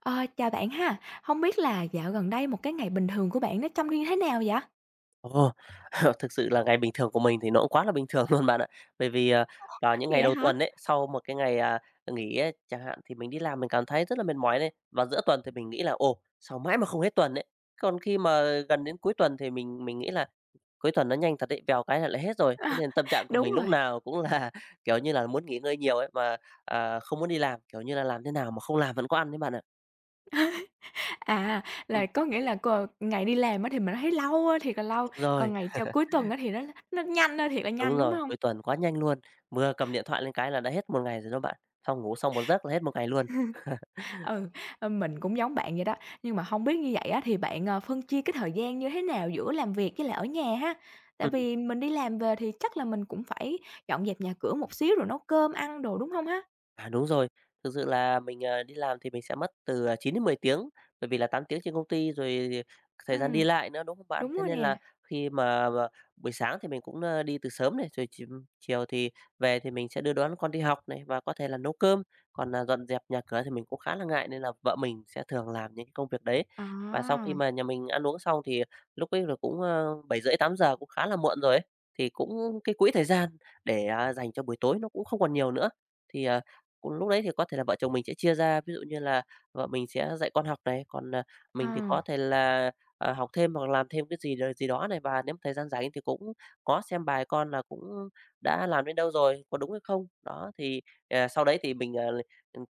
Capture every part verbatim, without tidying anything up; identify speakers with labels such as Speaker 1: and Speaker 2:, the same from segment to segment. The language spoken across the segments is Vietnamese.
Speaker 1: Ờ, Chào bạn ha. Không biết là dạo gần đây một cái ngày bình thường của bạn nó trông như thế nào vậy?
Speaker 2: Ồ, thực sự là ngày bình thường của mình thì nó cũng quá là bình thường luôn bạn ạ. Bởi vì, ờ, vào những ngày
Speaker 1: Vậy
Speaker 2: đầu
Speaker 1: hả?
Speaker 2: tuần ấy, sau một cái ngày, à, nghỉ ấy chẳng hạn, thì mình đi làm mình cảm thấy rất là mệt mỏi này. Và giữa tuần thì mình nghĩ là "Ồ, sao mãi mà không hết tuần ấy." Còn khi mà gần đến cuối tuần thì mình mình nghĩ là cuối tuần nó nhanh thật đấy, vèo cái là lại hết rồi. Thế nên tâm trạng của
Speaker 1: Đúng
Speaker 2: mình lúc
Speaker 1: rồi.
Speaker 2: nào cũng là, kiểu như là, muốn nghỉ ngơi nhiều ấy, mà, à, không muốn đi làm, kiểu như là, làm thế nào mà không làm vẫn có ăn đấy bạn ạ.
Speaker 1: À,
Speaker 2: Ừm,
Speaker 1: là có nghĩa là c ngày đi làm á thì mình thấy lâu ơi thiệt là lâu,
Speaker 2: đúng
Speaker 1: còn
Speaker 2: rồi.
Speaker 1: ngày cho cuối tuần á thì nó nó nhanh ơi thiệt là
Speaker 2: Đúng
Speaker 1: nhanh, đúng
Speaker 2: rồi,
Speaker 1: không?
Speaker 2: cuối tuần quá nhanh luôn, vừa cầm điện thoại lên cái là đã hết một ngày rồi đó bạn, xong ngủ xong một giấc là hết một ngày luôn.
Speaker 1: Ừ, ờ, mình cũng giống bạn vậy đó, nhưng mà không biết như vậy á thì bạn, ờ, phân chia cái thời gian như thế nào giữa làm việc với lại ở nhà ha? Tại
Speaker 2: Ừm.
Speaker 1: vì mình đi làm về thì chắc là mình cũng phải dọn dẹp nhà cửa một xíu rồi nấu cơm ăn đồ, đúng không ha?
Speaker 2: À, đúng rồi. Thực sự là mình, ờ, đi làm thì mình sẽ mất từ, à, chín đến mười tiếng, bởi vì là tám tiếng trên công ty rồi
Speaker 1: Ừ,
Speaker 2: thời gian đi lại nữa, đúng không bạn?
Speaker 1: đúng
Speaker 2: Thế
Speaker 1: rồi
Speaker 2: nên
Speaker 1: nè.
Speaker 2: là khi mà mà buổi sáng thì mình cũng, ơ, đi từ sớm này, rồi ch chiều thì về thì mình sẽ đưa đón con đi học này và có thể là nấu cơm, còn, à, dọn dẹp nhà cửa thì mình cũng khá là ngại nên là vợ mình sẽ thường làm những cái công việc đấy. Và sau
Speaker 1: À.
Speaker 2: khi mà nhà mình ăn uống xong thì lúc ấy là cũng, à, bảy rưỡi tám giờ cũng khá là muộn rồi ấy, thì cũng cái quỹ thời gian để, à, dành cho buổi tối nó cũng không còn nhiều nữa. Thì, ờ cũng lúc đấy thì có thể là vợ chồng mình sẽ chia ra, ví dụ như là vợ mình sẽ dạy con học này, còn, à,
Speaker 1: Ờ,
Speaker 2: mình thì có thể là, à, học thêm hoặc làm thêm cái gì đ gì đó này. Và nếu mà thời gian rảnh thì cũng có xem bài con là cũng đã làm đến đâu rồi, có đúng hay không. Đó, thì, à, sau đấy thì mình, à,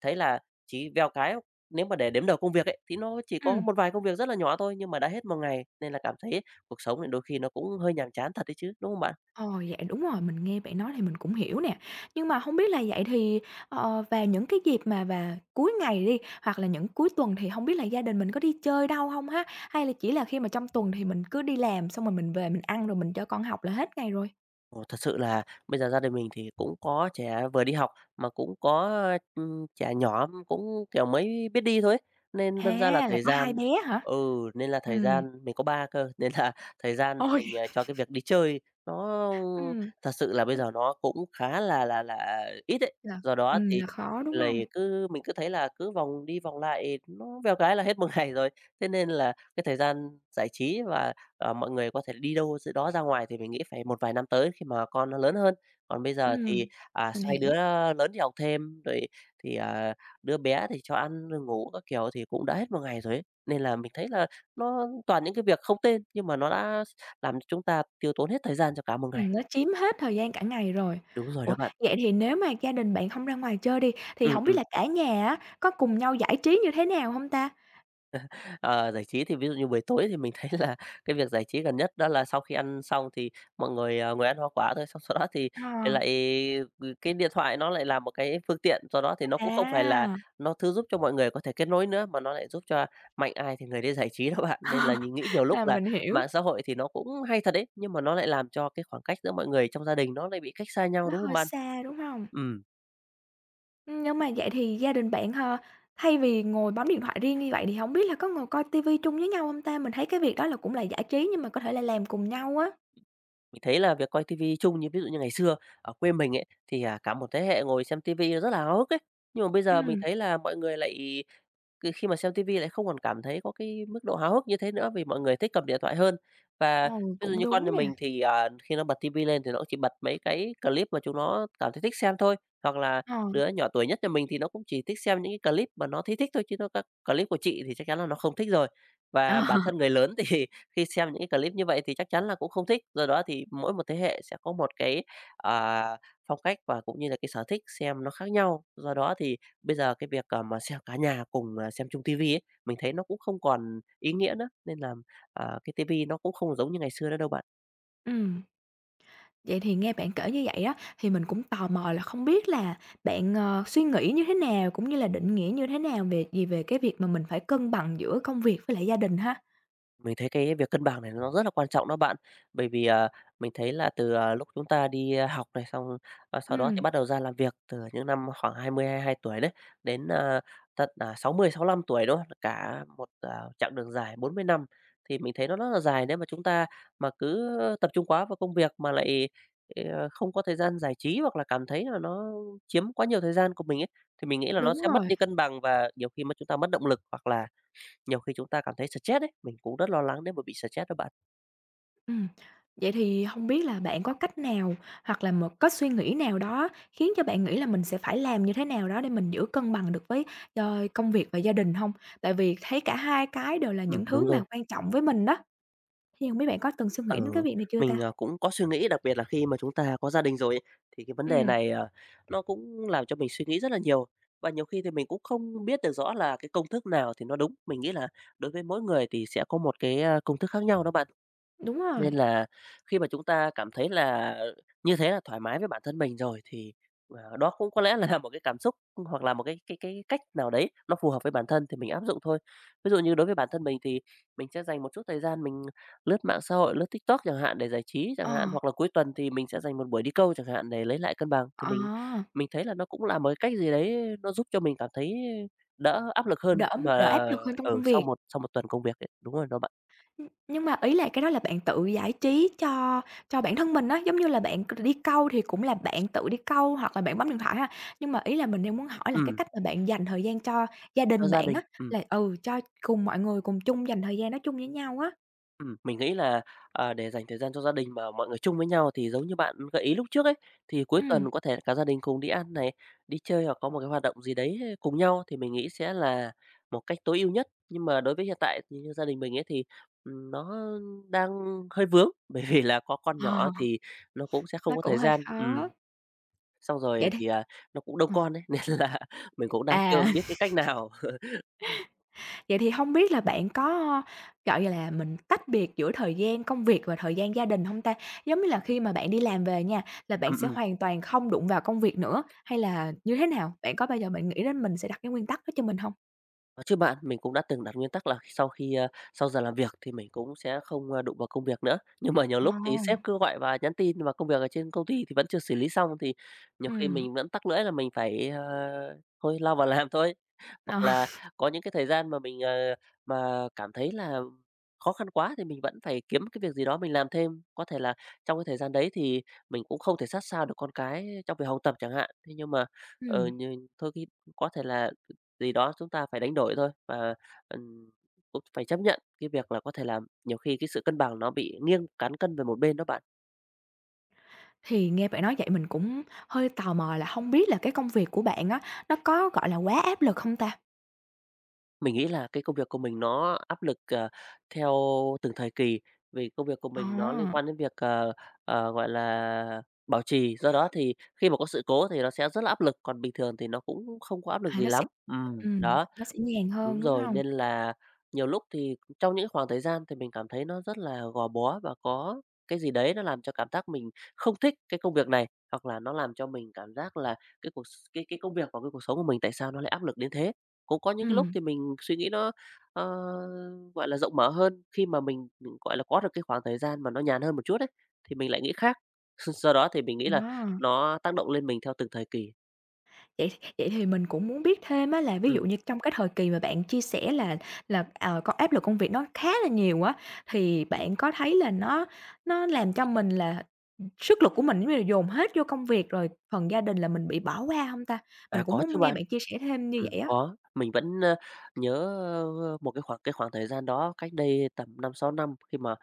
Speaker 2: thấy là chỉ vèo cái nếu mà để đếm đầu công việc ấy, thì nó chỉ có
Speaker 1: ừm,
Speaker 2: một vài công việc rất là nhỏ thôi, nhưng mà đã hết một ngày, nên là cảm thấy cuộc sống thì đôi khi nó cũng hơi nhàm chán thật đấy chứ, đúng không bạn?
Speaker 1: ờ, vậy đúng rồi, mình nghe bạn nói thì mình cũng hiểu nè. Nhưng mà không biết là vậy thì, ờ, vào những cái dịp mà và cuối ngày đi, hoặc là những cuối tuần thì không biết là gia đình mình có đi chơi đâu không ha? Hay là chỉ là khi mà trong tuần thì mình cứ đi làm xong rồi mình về mình ăn rồi mình cho con học là hết ngày rồi?
Speaker 2: Ồ, thật sự là bây giờ gia đình mình thì cũng có trẻ vừa đi học mà cũng có, ừm, trẻ nhỏ cũng, kiểu, mới biết đi thôi ấy, nên đâm ra là
Speaker 1: À, là
Speaker 2: thời
Speaker 1: có hai
Speaker 2: gian
Speaker 1: bé hả?
Speaker 2: ừ, nên là thời
Speaker 1: Ừm,
Speaker 2: gian mình có ba cơ, nên là thời gian
Speaker 1: ôi,
Speaker 2: dành, à, cho cái việc đi chơi nó
Speaker 1: ừm,
Speaker 2: thật sự là bây giờ nó cũng khá là là là ít ấy.
Speaker 1: là
Speaker 2: Do đó
Speaker 1: ừm,
Speaker 2: thì
Speaker 1: là khó, đúng không?
Speaker 2: lầy cứ mình cứ thấy là cứ vòng đi vòng lại nó vèo cái là hết một ngày rồi, thế nên là cái thời gian giải trí và ờ, mọi người có thể đi đâu giữa đó ra ngoài thì mình nghĩ phải một vài năm tới khi mà con nó lớn hơn. Còn bây giờ thì,
Speaker 1: Ừm,
Speaker 2: à,
Speaker 1: mình
Speaker 2: xoay
Speaker 1: hiểu.
Speaker 2: đứa lớn đi học thêm, rồi thì, à, đứa bé thì cho ăn rồi ngủ các kiểu thì cũng đã hết một ngày rồi ấy. Nên là mình thấy là nó toàn những cái việc không tên nhưng mà nó đã làm cho chúng ta tiêu tốn hết thời gian cho cả một ngày.
Speaker 1: Ừm, nó chiếm hết thời gian cả ngày rồi.
Speaker 2: Đúng rồi
Speaker 1: Ủa,
Speaker 2: đó bạn.
Speaker 1: vậy thì nếu mà gia đình bạn không ra ngoài chơi đi, thì
Speaker 2: Ừ,
Speaker 1: hổng biết
Speaker 2: ừ.
Speaker 1: là cả nhà á, có cùng nhau giải trí như thế nào hông ta?
Speaker 2: Ờ, giải trí thì ví dụ như buổi tối thì mình thấy là cái việc giải trí gần nhất đó là sau khi ăn xong thì mọi người, à, ngồi ăn hoa quả thôi, xong sau đó thì
Speaker 1: Ờ,
Speaker 2: lại ừ, cái điện thoại nó lại là một cái phương tiện, do đó thì nó cũng không phải là
Speaker 1: à,
Speaker 2: nó thứ giúp cho mọi người có thể kết nối nữa, mà nó lại giúp cho mạnh ai thì người đấy giải trí đó bạn. Nên
Speaker 1: ờ,
Speaker 2: là nhìn nghĩ nhiều lúc
Speaker 1: là
Speaker 2: là
Speaker 1: mình hiểu,
Speaker 2: mạng xã hội thì nó cũng hay thật đấy, nhưng mà nó lại làm cho cái khoảng cách giữa mọi người trong gia đình nó lại bị cách xa nhau,
Speaker 1: nó
Speaker 2: đúng không
Speaker 1: hơi
Speaker 2: bạn?
Speaker 1: xa, đúng hông?
Speaker 2: Ừ.
Speaker 1: Ừm, nhưng mà vậy thì gia đình bạn, ờ, thay vì ngồi bấm điện thoại riêng như vậy thì hổng biết là có ngồi coi ti vi chung với nhau hông ta? Mình thấy cái việc đó là cũng là giải trí nhưng mà có thể là làm cùng nhau á.
Speaker 2: Mình thấy là việc coi tivi chung như ví dụ như ngày xưa ở quê mình ấy, thì, à, cả một thế hệ ngồi xem tivi rất là háo hức ấy. Nhưng mà bây giờ mình
Speaker 1: Ừm,
Speaker 2: thấy là mọi người lại cứ khi mà xem ti lại không còn cảm thấy có cái mức độ háo hức như thế nữa vì mọi người thích cầm điện thoại hơn. Và
Speaker 1: ừ,
Speaker 2: ví dụ
Speaker 1: cũng
Speaker 2: như con
Speaker 1: đúng
Speaker 2: nhà
Speaker 1: nè.
Speaker 2: mình thì, à, khi nó bật ti lên thì nó cũng chỉ bật mấy cái clip mà chúng nó cảm thấy thích xem thôi, hoặc là
Speaker 1: Ờ,
Speaker 2: đứa nhỏ tuổi nhất nhà mình thì nó cũng chỉ thích xem những cái clip mà nó thấy thích thôi, chứ nó các clip của chị thì chắc chắn là nó không thích rồi.
Speaker 1: ờ,
Speaker 2: Và bản thân người lớn thì khi xem những cái clip như vậy thì chắc chắn là cũng không thích, do đó thì mỗi một thế hệ sẽ có một cái, à, phong cách và cũng như là cái sở thích xem nó khác nhau. Do đó thì Bây giờ cái việc, ờ, mà xem cả nhà cùng, à, xem chung tivi ấy, mình thấy nó cũng không còn ý nghĩa nữa, nên là, à, cái tivi nó cũng không giống như ngày xưa nữa đâu bạn.
Speaker 1: ừm. Vậy thì nghe bạn kể như vậy á, thì mình cũng tò mò là không biết là bạn, ờ, suy nghĩ như thế nào, cũng như là định nghĩa như thế nào về gì về cái việc mà mình phải cân bằng giữa công việc với lại gia đình ha?
Speaker 2: Mình thấy cái việc cân bằng này nó rất là quan trọng đó bạn. Bởi vì, à, mình thấy là từ, à, lúc chúng ta đi, a, học này, xong, a, sau đó thì
Speaker 1: Ừm,
Speaker 2: bắt đầu ra làm việc từ những năm khoảng hai mươi, hai tuổi đấy, đến, à, tận, là sáu mươi sáu 65 tuổi, đúng Cả một, à, chặng đường dài bốn mươi năm thì mình thấy nó rất là dài nếu mà chúng ta mà cứ tập trung quá vào công việc mà lại, ờ, không có thời gian giải trí hoặc là cảm thấy là nó chiếm quá nhiều thời gian của mình ấy, thì mình nghĩ là nó
Speaker 1: đúng
Speaker 2: sẽ mất
Speaker 1: rồi,
Speaker 2: đi cân bằng và nhiều khi mà chúng ta mất động lực hoặc là nhiều khi chúng ta cảm thấy stress ấy, mình cũng rất lo lắng nếu mà bị stress đó bạn.
Speaker 1: ừm. Vậy thì không biết là bạn có cách nào, hoặc là một cách suy nghĩ nào đó khiến cho bạn nghĩ là mình sẽ phải làm như thế nào đó để mình giữ cân bằng được với, ờ, công việc và gia đình không? Tại vì thấy cả hai cái đều là
Speaker 2: Ừm,
Speaker 1: những
Speaker 2: đúng
Speaker 1: thứ mà
Speaker 2: rồi.
Speaker 1: quan trọng với mình đó, thì hông biết bạn có từng suy nghĩ
Speaker 2: Ờ,
Speaker 1: đến cái việc này chưa
Speaker 2: mình,
Speaker 1: ta?
Speaker 2: ờ, cũng có suy nghĩ, đặc biệt là khi mà chúng ta có gia đình rồi ấy, thì cái vấn đề
Speaker 1: Ừm,
Speaker 2: này, ờ, nó cũng làm cho mình suy nghĩ rất là nhiều. Và nhiều khi thì mình cũng không biết được rõ là cái công thức nào thì nó đúng. Mình nghĩ là đối với mỗi người thì sẽ có một cái, a, công thức khác nhau đó bạn.
Speaker 1: đúng rồi,
Speaker 2: Nên là khi mà chúng ta cảm thấy là như thế là thoải mái với bản thân mình rồi thì, ờ, đó cũng có lẽ là một cái cảm xúc hoặc là một cái cái cái cách nào đấy nó phù hợp với bản thân thì mình áp dụng thôi. Ví dụ như đối với bản thân mình thì mình sẽ dành một chút thời gian mình lướt mạng xã hội, lướt TikTok chẳng hạn để giải trí
Speaker 1: ờ.
Speaker 2: chẳng hạn, hoặc là cuối tuần thì mình sẽ dành một buổi đi câu chẳng hạn để lấy lại cân bằng. Thì
Speaker 1: ờ
Speaker 2: mình mình thấy là nó cũng là một cái cách gì đấy nó giúp cho mình cảm thấy đỡ áp lực hơn
Speaker 1: đỡ
Speaker 2: khi mà,
Speaker 1: đỡ áp lực hơn trong
Speaker 2: ở
Speaker 1: công
Speaker 2: sau
Speaker 1: việc.
Speaker 2: một sau một tuần công việc ấy. Đúng rồi đó bạn.
Speaker 1: Ưm, nhưng mà ý là cái đó là bạn tự giải trí cho cho bản thân mình á, giống như là bạn c đi câu thì cũng là bạn tự đi câu hoặc là bạn bấm điện thoại ha. Nhưng mà ý là mình đang muốn hỏi là cái
Speaker 2: Ừ.
Speaker 1: cách mà bạn dành thời gian cho gia
Speaker 2: Cho
Speaker 1: đình
Speaker 2: gia
Speaker 1: bạn
Speaker 2: đình.
Speaker 1: á,
Speaker 2: Ừ.
Speaker 1: là, ừ, cho cùng mọi người cùng chung dành thời gian đó chung với nhau á.
Speaker 2: Ừm, mình nghĩ là, à, để dành thời gian cho gia đình mà mọi người chung với nhau thì giống như bạn gợi ý lúc trước ấy, thì cuối
Speaker 1: Ừm,
Speaker 2: tuần có thể cả gia đình cùng đi ăn này, đi chơi hoặc có một cái hoạt động gì đấy cùng nhau thì mình nghĩ sẽ là một cách tối ưu nhất. Nhưng mà đối với hiện tại thì như gia đình mình ấy thì, ừm, nó đang hơi vướng, bởi vì là có con nhỏ
Speaker 1: ờ,
Speaker 2: thì nó cũng sẽ không
Speaker 1: nó
Speaker 2: có
Speaker 1: cũng
Speaker 2: thời
Speaker 1: hơi
Speaker 2: gian.
Speaker 1: khó.
Speaker 2: Ừm, xong rồi
Speaker 1: Vậy thì
Speaker 2: thì, à, nó cũng đông
Speaker 1: ờ,
Speaker 2: con ấy, nên là mình cũng đang chưa
Speaker 1: à.
Speaker 2: biết cái cách nào.
Speaker 1: Vậy thì không biết là bạn có, gọi là, mình tách biệt giữa thời gian công việc và thời gian gia đình không ta? Giống như là khi mà bạn đi làm về nha, là bạn
Speaker 2: Ừm,
Speaker 1: sẽ
Speaker 2: ừm.
Speaker 1: hoàn toàn không đụng vào công việc nữa, hay là như thế nào? Bạn có bao giờ bạn nghĩ đến mình sẽ đặt cái nguyên tắc đó cho mình không?
Speaker 2: Có chứ bạn, mình cũng đã từng đặt nguyên tắc là sau khi, a, sau giờ làm việc thì mình cũng sẽ không, a, đụng vào công việc nữa. Nhưng mà nhiều
Speaker 1: Ờ.
Speaker 2: lúc thì sếp cứ gọi và nhắn tin và công việc ở trên công ty thì vẫn chưa xử lý xong, thì nhiều khi
Speaker 1: Ừm,
Speaker 2: mình vẫn tắc lưỡi là mình phải, ờ, thôi lao vào làm thôi.
Speaker 1: ờ,
Speaker 2: Hoặc là có những cái thời gian mà mình, ờ, mà cảm thấy là khó khăn quá thì mình vẫn phải kiếm cái việc gì đó mình làm thêm. Có thể là trong cái thời gian đấy thì mình cũng không thể sát sao được con cái trong việc học tập chẳng hạn. Thế nhưng mà, ờ,
Speaker 1: ừm.
Speaker 2: nhưng thôi thì có thể là gì đó chúng ta phải đánh đổi thôi và, ừm, cũng phải chấp nhận cái việc là có thể là nhiều khi cái sự cân bằng nó bị nghiêng cán cân về một bên đó bạn.
Speaker 1: Thì nghe bạn nói vậy mình cũng hơi tò mò là không biết là cái công việc của bạn á, nó có, gọi là, quá áp lực không ta?
Speaker 2: Mình nghĩ là cái công việc của mình nó áp lực, ờ, theo từng thời kỳ, vì công việc của
Speaker 1: Ờ,
Speaker 2: mình nó liên quan đến việc, ờ, ờ, gọi là, bảo trì, do đó thì khi mà có sự cố thì nó sẽ rất là áp lực, còn bình thường thì nó cũng không có áp lực
Speaker 1: à,
Speaker 2: gì
Speaker 1: nó sẽ
Speaker 2: lắm. Ừm,
Speaker 1: ừm,
Speaker 2: đó.
Speaker 1: nó sẽ nhàn
Speaker 2: Đúng
Speaker 1: hơn, đúng
Speaker 2: rồi,
Speaker 1: hông?
Speaker 2: nên là nhiều lúc thì trong những khoảng thời gian thì mình cảm thấy nó rất là gò bó và có cái gì đấy nó làm cho cảm giác mình không thích cái công việc này, hoặc là nó làm cho mình cảm giác là cái cuộc s cái cái công việc và cái cuộc sống của mình tại sao nó lại áp lực đến thế. Cũng có những cái lúc
Speaker 1: Ừm,
Speaker 2: thì mình suy nghĩ nó, ờ, gọi là, rộng mở hơn, khi mà mình, ừm, gọi là, có được cái khoảng thời gian mà nó nhàn hơn một chút đấy thì mình lại nghĩ khác. Do đó thì mình nghĩ là
Speaker 1: đó.
Speaker 2: nó tác động lên mình theo từng thời kỳ.
Speaker 1: Vậy thì vậy thì mình cũng muốn biết thêm á là ví
Speaker 2: Ừm,
Speaker 1: dụ như trong cái thời kỳ mà bạn chia sẻ là là, ờ, có áp lực công việc nó khá là nhiều á, thì bạn có thấy là nó nó làm cho mình là, sức lực của mình giống như là dồn hết vô công việc, rồi phần gia đình là mình bị bỏ qua không ta?
Speaker 2: à,
Speaker 1: Mình cũng
Speaker 2: có chứ
Speaker 1: muốn nghe
Speaker 2: bạn.
Speaker 1: bạn chia sẻ thêm như
Speaker 2: Ừm,
Speaker 1: vậy á.
Speaker 2: có. Mình vẫn, ơ, nhớ, ơ, một cái khoảng cái khoảng thời gian đó cách đây tầm năm sáu năm khi mà,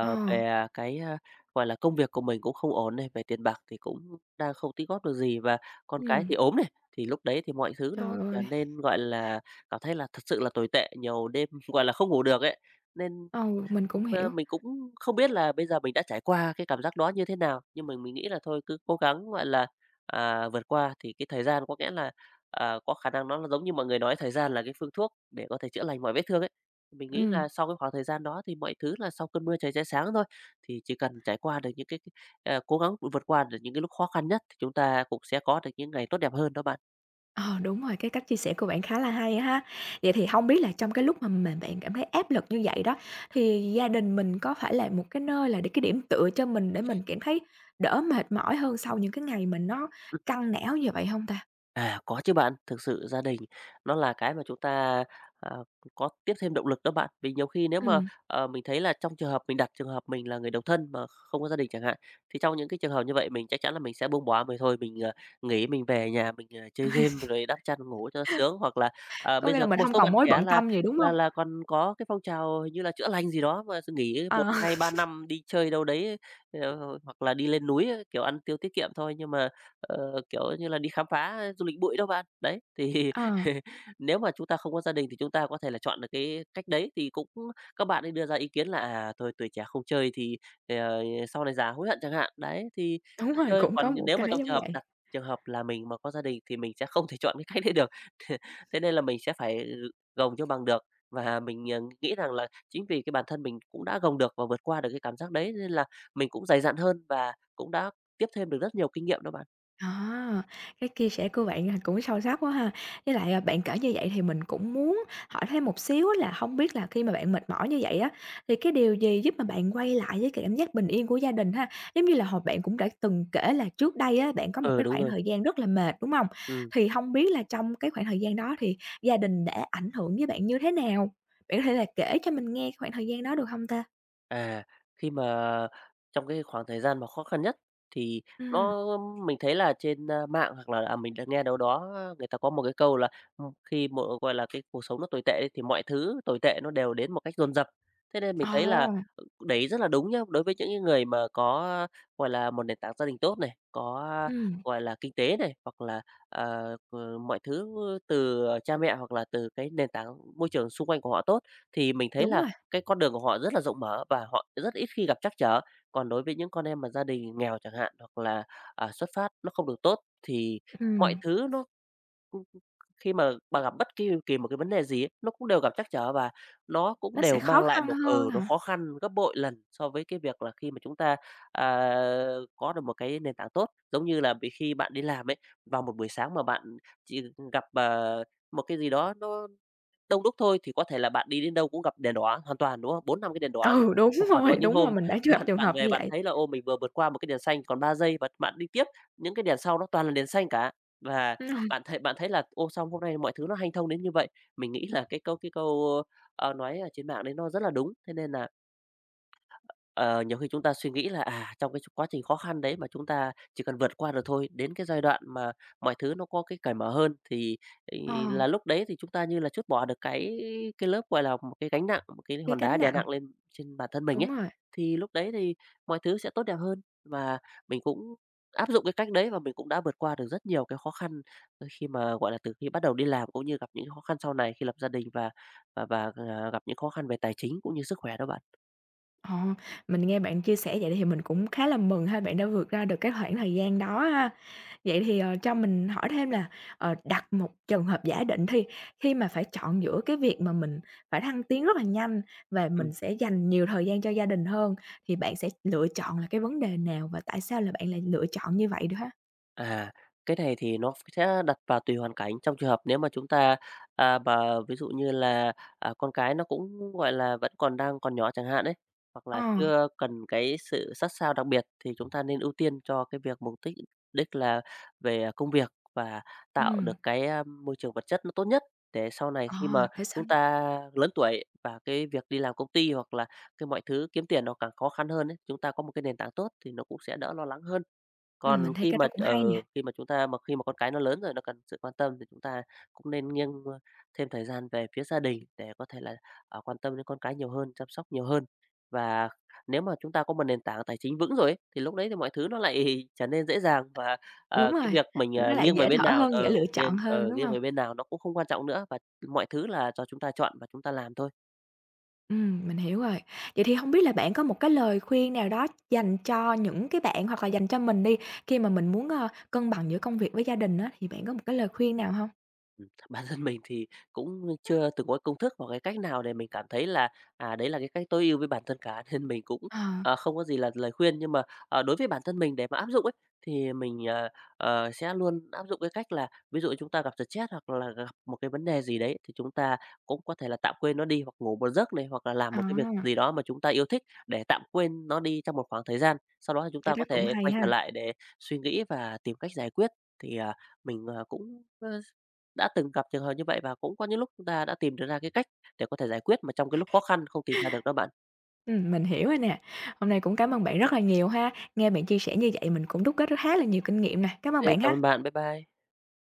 Speaker 1: Ờ,
Speaker 2: về cái, a, gọi là, công việc của mình cũng không ổn này, về tiền bạc thì cũng đang không tích góp được gì và con cái
Speaker 1: ừm.
Speaker 2: thì ốm này, thì lúc đấy thì mọi thứ nó
Speaker 1: Trời
Speaker 2: trở
Speaker 1: ơi,
Speaker 2: nên, gọi là, cảm thấy là thật sự là tồi tệ, nhiều đêm, gọi là, không ngủ được ấy. Nên
Speaker 1: ừ, mình cũng
Speaker 2: Ơ,
Speaker 1: hiểu.
Speaker 2: mình cũng không biết là bây giờ mình đã trải qua cái cảm giác đó như thế nào, nhưng mà mình nghĩ là thôi cứ cố gắng, gọi là, à, vượt qua thì cái thời gian có nghĩa là, à, có khả năng nó là giống như mọi người nói thời gian là cái phương thuốc để có thể chữa lành mọi vết thương ấy. Mình nghĩ
Speaker 1: Ừm.
Speaker 2: là sau cái khoảng thời gian đó thì mọi thứ là sau cơn mưa trời sẽ sáng thôi, thì chỉ cần trải qua được những cái cái, ờ, cố gắng vượt qua được những cái lúc khó khăn nhất thì chúng ta cũng sẽ có được những ngày tốt đẹp hơn đó bạn.
Speaker 1: Ờ, đúng rồi, cái cách chia sẻ của bạn khá là hay ha. Vậy thì không biết là trong cái lúc mà mà bạn cảm thấy áp lực như vậy đó, thì gia đình mình có phải là một cái nơi là để cái điểm tựa cho mình để mình cảm thấy đỡ mệt mỏi hơn sau những cái ngày mình nó căng não như vậy không ta?
Speaker 2: À, có chứ bạn. Thực sự gia đình nó là cái mà chúng ta, ờ, có tiếp thêm động lực đó bạn. Vì nhiều khi nếu mà,
Speaker 1: Ừm,
Speaker 2: ờ, mình thấy là trong trường hợp mình đặt trường hợp mình là người độc thân mà không có gia đình chẳng hạn, thì trong những cái trường hợp như vậy mình chắc chắn là mình sẽ buông bỏ, mình thôi mình, ờ, nghỉ, mình về nhà mình, ờ, chơi game rồi đắp chăn ngủ cho sướng. Hoặc là, ờ,
Speaker 1: có
Speaker 2: bây
Speaker 1: nghĩa là
Speaker 2: giờ có
Speaker 1: mình
Speaker 2: một
Speaker 1: không
Speaker 2: số
Speaker 1: còn
Speaker 2: bạn
Speaker 1: mối
Speaker 2: trẻ
Speaker 1: bận
Speaker 2: là
Speaker 1: tâm gì, đúng không?
Speaker 2: là là còn có cái phong trào hình như là chữa lành gì đó mà nghỉ một
Speaker 1: Ờ,
Speaker 2: hai ba năm đi chơi đâu đấy, ờ, hoặc là đi lên núi, kiểu, ăn tiêu tiết kiệm thôi. Nhưng mà Ờ, kiểu như là, đi khám phá du lịch bụi đâu bạn. Đấy, thì
Speaker 1: ờ,
Speaker 2: nếu mà chúng ta không có gia đình thì chúng ta có thể là chọn được cái cách đấy, thì cũng các bạn ấy đưa ra ý kiến là, à, thôi tuổi trẻ không chơi thì, ờ, sau này già hối hận chẳng hạn. Đấy, thì
Speaker 1: đúng
Speaker 2: đi
Speaker 1: rồi,
Speaker 2: chơi,
Speaker 1: cũng có
Speaker 2: còn
Speaker 1: một
Speaker 2: nếu
Speaker 1: cái
Speaker 2: mà trong
Speaker 1: giống
Speaker 2: trường hợp
Speaker 1: vậy.
Speaker 2: đặt trường hợp là mình mà có gia đình thì mình sẽ không thể chọn cái cách đấy được, thế nên là mình sẽ phải gồng cho bằng được. Và mình, ờ, nghĩ rằng là chính vì cái bản thân mình cũng đã gồng được và vượt qua được cái cảm giác đấy nên là mình cũng dày dạn hơn và cũng đã tiếp thêm được rất nhiều kinh nghiệm đó bạn.
Speaker 1: À, cái chia sẻ của bạn, à, cũng sâu sắc quá ha. Với lại, à, bạn kể như vậy thì mình cũng muốn hỏi thêm một xíu là không biết là khi mà bạn mệt mỏi như vậy á, thì cái điều gì giúp mà bạn quay lại với cái cảm giác bình yên của gia đình ha? Giống như là hồi bạn cũng đã từng kể là trước đây á, bạn có một
Speaker 2: Ừ,
Speaker 1: cái
Speaker 2: đúng
Speaker 1: khoảng
Speaker 2: rồi.
Speaker 1: thời gian rất là mệt, đúng không?
Speaker 2: Ừm,
Speaker 1: Thì không biết là trong cái khoảng thời gian đó thì gia đình đã ảnh hưởng với bạn như thế nào? Bạn có thể là kể cho mình nghe cái khoảng thời gian đó được không ta?
Speaker 2: à, khi mà trong cái khoảng thời gian mà khó khăn nhất thì
Speaker 1: ừ,
Speaker 2: nó mình thấy là trên, a, mạng hoặc là, à, mình đã nghe đâu đó à, người ta có một cái câu là, ừm, khi mà, gọi là, cái cuộc sống nó tồi tệ ấy thì mọi thứ tồi tệ nó đều đến một cách dồn dập. Thế nên
Speaker 1: ồ,
Speaker 2: mình thấy là, ừ, đấy rất là đúng nhá, đối với những cái người mà có, à, gọi là, một nền tảng gia đình tốt này, có, à,
Speaker 1: ừm,
Speaker 2: gọi là, kinh tế này, hoặc là, ờ, ờ, mọi thứ từ cha mẹ hoặc là từ cái nền tảng môi trường xung quanh của họ tốt, thì mình thấy
Speaker 1: đúng
Speaker 2: là
Speaker 1: rồi,
Speaker 2: cái con đường của họ rất là rộng mở và họ rất ít khi gặp trắc trở. Còn đối với những con em mà gia đình nghèo chẳng hạn, hoặc là, à, xuất phát nó không được tốt thì mọi
Speaker 1: ừm,
Speaker 2: thứ nó ưm, khi mà bà gặp bất kỳ kỳ một cái vấn đề gì ấy, nó cũng đều gặp trắc trở và nó cũng
Speaker 1: nó sẽ
Speaker 2: đều
Speaker 1: khó
Speaker 2: mang lại
Speaker 1: khăn
Speaker 2: một
Speaker 1: hơn
Speaker 2: ừ, nó
Speaker 1: hả?
Speaker 2: khó khăn gấp bội lần so với cái việc là khi mà chúng ta, à, có được một cái nền tảng tốt. Giống như là bị khi bạn đi làm ấy, vào một buổi sáng mà bạn chỉ gặp, ờ, một cái gì đó nó đông đúc thôi thì có thể là bạn đi đến đâu cũng gặp đèn đỏ hoàn toàn, đúng không? Bốn năm cái đèn đỏ.
Speaker 1: Ừ, đúng
Speaker 2: Hoặc còn
Speaker 1: rồi,
Speaker 2: có những
Speaker 1: đúng rồi,
Speaker 2: hôm
Speaker 1: mình đã gặp
Speaker 2: bạn
Speaker 1: trường
Speaker 2: bạn
Speaker 1: hợp như
Speaker 2: về bạn
Speaker 1: vậy.
Speaker 2: thấy là, ô, mình vừa vượt qua một cái đèn xanh còn ba giây và bạn đi tiếp, những cái đèn sau nó toàn là đèn xanh cả. Và
Speaker 1: Ừm,
Speaker 2: bạn thấy bạn thấy là, ô, xong hôm nay mọi thứ nó hanh thông đến như vậy? Mình nghĩ là cái câu cái câu, ơ, nói ở trên mạng đấy nó rất là đúng, thế nên là Ờ, nhiều khi chúng ta suy nghĩ là, à, trong cái quá trình khó khăn đấy mà chúng ta chỉ cần vượt qua được thôi, đến cái giai đoạn mà mọi thứ nó có cái cởi mở hơn thì
Speaker 1: ờ,
Speaker 2: thì là lúc đấy thì chúng ta như là trút bỏ được cái cái lớp, gọi là, một cái gánh nặng, một cái
Speaker 1: cái
Speaker 2: hòn đá
Speaker 1: gánh
Speaker 2: đè
Speaker 1: nặng,
Speaker 2: nặng lên trên bản thân mình
Speaker 1: đúng
Speaker 2: ấy.
Speaker 1: rồi.
Speaker 2: Thì lúc đấy thì mọi thứ sẽ tốt đẹp hơn và mình cũng áp dụng cái cách đấy và mình cũng đã vượt qua được rất nhiều cái khó khăn ờ, khi mà, gọi là, từ khi bắt đầu đi làm cũng như gặp những khó khăn sau này khi lập gia đình và và và, à, gặp những khó khăn về tài chính cũng như sức khỏe đó bạn.
Speaker 1: Ờ, mình nghe bạn chia sẻ vậy thì mình cũng khá là mừng ha, bạn đã vượt ra được cái khoảng thời gian đó ha. Vậy thì, ờ, cho mình hỏi thêm là, ờ, đặt một trường hợp giả định thi, khi mà phải chọn giữa cái việc mà mình phải thăng tiến rất là nhanh và mình sẽ dành nhiều thời gian cho gia đình hơn, thì bạn sẽ lựa chọn là cái vấn đề nào và tại sao là bạn lại lựa chọn như vậy được ha?
Speaker 2: À, cái này thì nó sẽ đặt vào tùy hoàn cảnh. Trong trường hợp nếu mà chúng ta, à, mà ví dụ như là, à, con cái nó cũng, gọi là, vẫn còn đang còn nhỏ chẳng hạn đấy, hoặc
Speaker 1: Ờ,
Speaker 2: là chưa cần cái sự sát sao đặc biệt thì chúng ta nên ưu tiên cho cái việc mục tích đích là về à, công việc và tạo
Speaker 1: ừm,
Speaker 2: được cái, a, môi trường vật chất nó tốt nhất để sau này
Speaker 1: ờ,
Speaker 2: khi mà
Speaker 1: để sao
Speaker 2: chúng ta lớn tuổi và cái việc đi làm công ty hoặc là cái mọi thứ kiếm tiền nó càng khó khăn hơn ấy, chúng ta có một cái nền tảng tốt thì nó cũng sẽ đỡ lo lắng hơn.
Speaker 1: ừm,
Speaker 2: Còn
Speaker 1: mình thấy
Speaker 2: khi
Speaker 1: cái đó
Speaker 2: mà
Speaker 1: cũng hay
Speaker 2: ừ,
Speaker 1: nè.
Speaker 2: khi mà chúng ta mà khi mà con cái nó lớn rồi, nó cần sự quan tâm thì chúng ta cũng nên nghiêng, ơ, thêm thời gian về phía gia đình để có thể là, ờ, quan tâm đến con cái nhiều hơn, chăm sóc nhiều hơn. Và nếu mà chúng ta có một nền tảng tài chính vững rồi ấy, thì lúc đấy thì mọi thứ nó lại trở nên dễ dàng và,
Speaker 1: Đúng
Speaker 2: ờ, cái
Speaker 1: rồi,
Speaker 2: việc mình,
Speaker 1: nó
Speaker 2: à,
Speaker 1: lại
Speaker 2: nghiêng về
Speaker 1: dễ
Speaker 2: bên
Speaker 1: thở
Speaker 2: nào
Speaker 1: hơn, dễ lựa
Speaker 2: ừ,
Speaker 1: chọn
Speaker 2: nghiêng
Speaker 1: hơn,
Speaker 2: ừ,
Speaker 1: đúng
Speaker 2: nghiêng
Speaker 1: hông?
Speaker 2: về bên nào nó cũng không quan trọng nữa, và mọi thứ là do chúng ta chọn và chúng ta làm thôi.
Speaker 1: Ừm, mình hiểu rồi. Vậy thì hông biết là bạn có một cái lời khuyên nào đó dành cho những cái bạn hoặc là dành cho mình đi, khi mà mình muốn, ơ, cân bằng giữa công việc với gia đình á, thì bạn có một cái lời khuyên nào hông?
Speaker 2: Ừm, bản thân mình thì cũng chưa từng có công thức hoặc cái cách nào để mình cảm thấy là, à, đấy là cái cách tối ưu với bản thân cả, nên mình cũng,
Speaker 1: Ờ,
Speaker 2: ờ, không có gì là lời khuyên. Nhưng mà, ờ, đối với bản thân mình để mà áp dụng ấy, thì mình, ờ, ờ, sẽ luôn áp dụng cái cách là ví dụ chúng ta gặp stress hoặc là gặp một cái vấn đề gì đấy, thì chúng ta cũng có thể là tạm quên nó đi hoặc ngủ một giấc này, hoặc là làm một cái việc
Speaker 1: à,
Speaker 2: gì đó mà chúng ta yêu thích để tạm quên nó đi trong một khoảng thời gian. Sau đó thì chúng
Speaker 1: cái
Speaker 2: ta
Speaker 1: đó
Speaker 2: có
Speaker 1: cũng
Speaker 2: thể
Speaker 1: hay
Speaker 2: quay trở
Speaker 1: ha.
Speaker 2: lại để suy nghĩ và tìm cách giải quyết. Thì, à, mình, ờ, cũng, đã từng gặp trường hợp như vậy và cũng có những lúc chúng ta đã tìm được ra cái cách để có thể giải quyết mà trong cái lúc khó khăn không tìm ra được đó bạn.
Speaker 1: Ừm, mình hiểu rồi nè. Hôm nay cũng cảm ơn bạn rất là nhiều ha. Nghe bạn chia sẻ như vậy mình cũng đúc kết khá là nhiều kinh nghiệm nè. Cảm
Speaker 2: Ok
Speaker 1: ơn bạn
Speaker 2: cảm ơn
Speaker 1: ha.
Speaker 2: bạn. Bye bye.